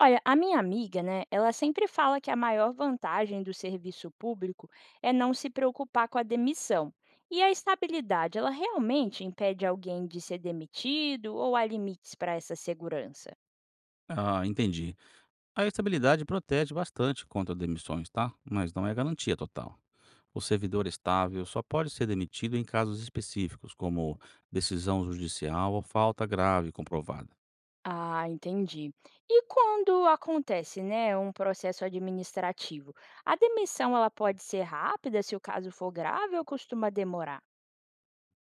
Olha, a minha amiga, né, ela sempre fala que a maior vantagem do serviço público é não se preocupar com a demissão. E a estabilidade, ela realmente impede alguém de ser demitido ou há limites para essa segurança? Ah, entendi. A estabilidade protege bastante contra demissões, tá? Mas não é garantia total. O servidor estável só pode ser demitido em casos específicos, como decisão judicial ou falta grave comprovada. Ah, entendi. E quando acontece, né, um processo administrativo, a demissão ela pode ser rápida se o caso for grave ou costuma demorar?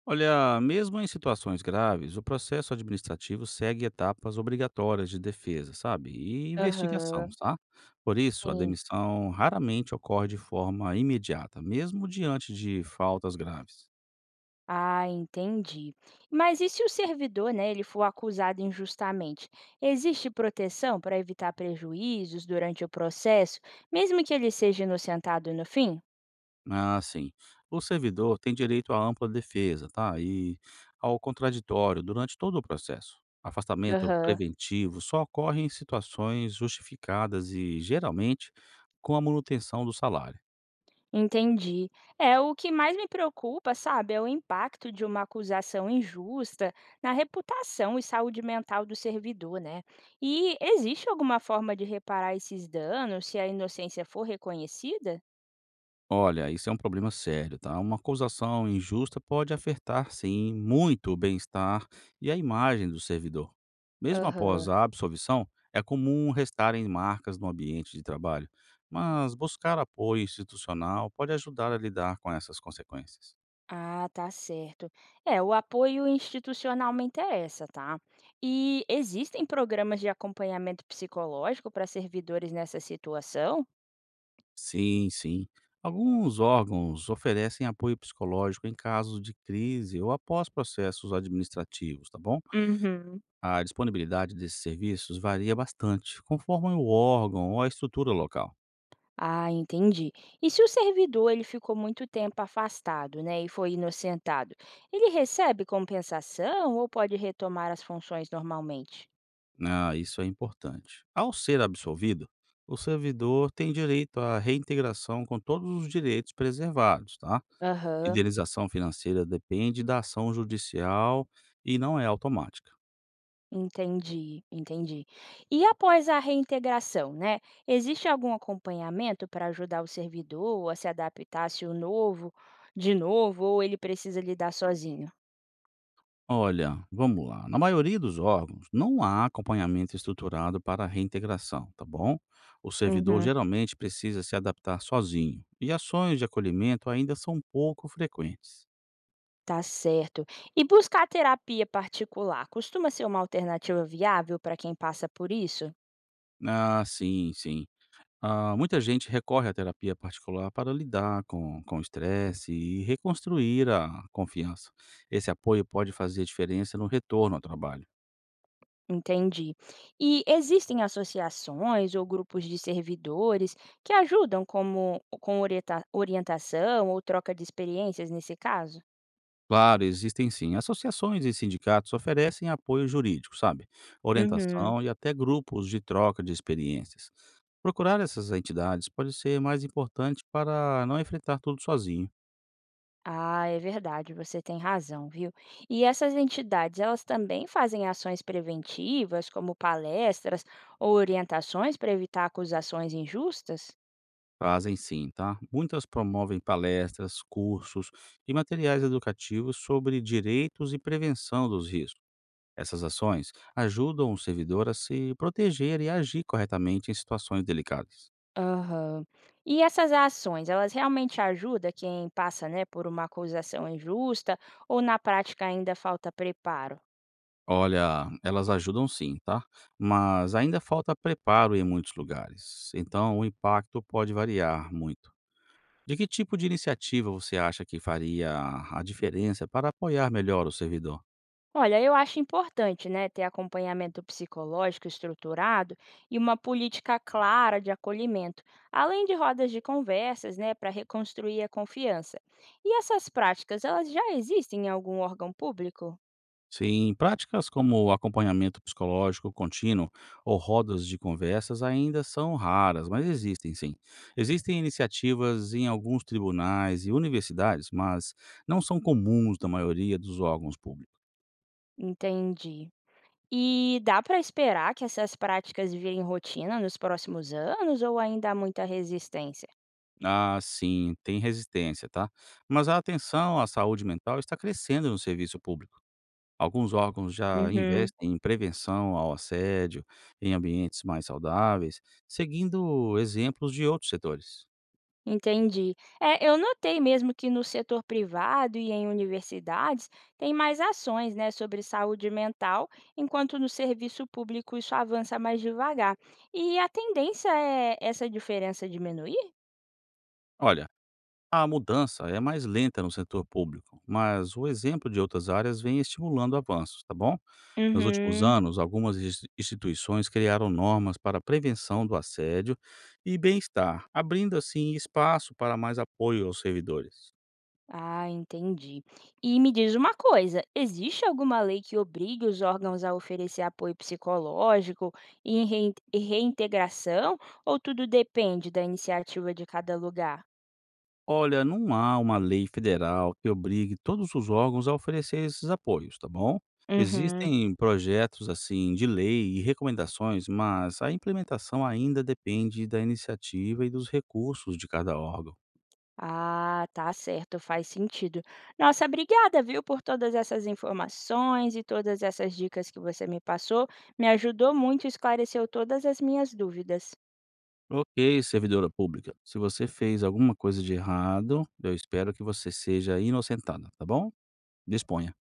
Olha, mesmo em situações graves, o processo administrativo segue etapas obrigatórias de defesa, sabe? E investigação, Aham. tá? Por isso, a Sim. demissão raramente ocorre de forma imediata, mesmo diante de faltas graves. Ah, entendi. Mas e se o servidor, né, ele for acusado injustamente? Existe proteção para evitar prejuízos durante o processo, mesmo que ele seja inocentado no fim? Ah, sim. O servidor tem direito à ampla defesa, tá? E ao contraditório durante todo o processo. Afastamento Aham. preventivo só ocorre em situações justificadas e, geralmente, com a manutenção do salário. Entendi. É o que mais me preocupa, sabe, é o impacto de uma acusação injusta na reputação e saúde mental do servidor, né? E existe alguma forma de reparar esses danos se a inocência for reconhecida? Olha, isso é um problema sério, tá? Uma acusação injusta pode afetar, sim, muito o bem-estar e a imagem do servidor. Mesmo após Aham. a absolvição, é comum restarem marcas no ambiente de trabalho, mas buscar apoio institucional pode ajudar a lidar com essas consequências. Ah, tá certo. É, o apoio institucional me interessa, tá? E existem programas de acompanhamento psicológico para servidores nessa situação? Sim, sim. Alguns órgãos oferecem apoio psicológico em casos de crise ou após processos administrativos, tá bom? Uhum. A disponibilidade desses serviços varia bastante, conforme o órgão ou a estrutura local. Ah, entendi. E se o servidor ele ficou muito tempo afastado, né, e foi inocentado, ele recebe compensação ou pode retomar as funções normalmente? Né, ah, isso é importante. Ao ser absolvido, o servidor tem direito à reintegração com todos os direitos preservados, tá? Aham. Indenização financeira depende da ação judicial e não é automática. Entendi, entendi. E após a reintegração, né, existe algum acompanhamento para ajudar o servidor a se adaptar se o novo de novo ou ele precisa lidar sozinho? Olha, vamos lá. Na maioria dos órgãos, não há acompanhamento estruturado para a reintegração, tá bom? O servidor Uhum, geralmente precisa se adaptar sozinho e ações de acolhimento ainda são pouco frequentes. tá certo. E buscar terapia particular costuma ser uma alternativa viável para quem passa por isso? Ah, sim, sim. Ah, muita gente recorre à terapia particular para lidar com o estresse e reconstruir a confiança. Esse apoio pode fazer diferença no retorno ao trabalho. Entendi. E existem associações ou grupos de servidores que ajudam como com orientação ou troca de experiências nesse caso? Claro, existem sim. Associações e sindicatos oferecem apoio jurídico, sabe? Uhum. Orientação e até grupos de troca de experiências. Procurar essas entidades pode ser mais importante para não enfrentar tudo sozinho. Ah, é verdade, você tem razão, viu? E essas entidades, elas também fazem ações preventivas, como palestras ou orientações para evitar acusações injustas? Fazem sim, tá? Muitas promovem palestras, cursos e materiais educativos sobre direitos e prevenção dos riscos. Essas ações ajudam o servidor a se proteger e agir corretamente em situações delicadas. Aham. E essas ações, elas realmente ajudam quem passa, né, por uma acusação injusta ou na prática ainda falta preparo? Olha, elas ajudam sim, tá? Mas ainda falta preparo em muitos lugares, então o impacto pode variar muito. De que tipo de iniciativa você acha que faria a diferença para apoiar melhor o servidor? Olha, eu acho importante, né, ter acompanhamento psicológico estruturado e uma política clara de acolhimento, além de rodas de conversas, né, para reconstruir a confiança. E essas práticas, elas já existem em algum órgão público? Sim, práticas como acompanhamento psicológico contínuo ou rodas de conversas ainda são raras, mas existem sim. Existem iniciativas em alguns tribunais e universidades, mas não são comuns na maioria dos órgãos públicos. Entendi. E dá para esperar que essas práticas virem rotina nos próximos anos ou ainda há muita resistência? Ah, sim, tem resistência, tá? Mas a atenção à saúde mental está crescendo no serviço público. Alguns órgãos já Uhum. investem em prevenção ao assédio, em ambientes mais saudáveis, seguindo exemplos de outros setores. Entendi. É, eu notei mesmo que no setor privado e em universidades tem mais ações, né, sobre saúde mental, enquanto no serviço público isso avança mais devagar. E a tendência é essa diferença diminuir? Olha, a mudança é mais lenta no setor público, mas o exemplo de outras áreas vem estimulando avanços, tá bom? Nos últimos Uhum. anos, algumas instituições criaram normas para a prevenção do assédio e bem-estar, abrindo assim espaço para mais apoio aos servidores. Ah, entendi. E me diz uma coisa, existe alguma lei que obrigue os órgãos a oferecer apoio psicológico e reintegração, ou tudo depende da iniciativa de cada lugar? Olha, não há uma lei federal que obrigue todos os órgãos a oferecer esses apoios, tá bom? Uhum. Existem projetos assim de lei e recomendações, mas a implementação ainda depende da iniciativa e dos recursos de cada órgão. Ah, tá certo, faz sentido. Nossa, obrigada, viu, por todas essas informações e todas essas dicas que você me passou. Me ajudou muito, e esclareceu todas as minhas dúvidas. Ok, servidora pública, se você fez alguma coisa de errado, eu espero que você seja inocentada, tá bom? Disponha.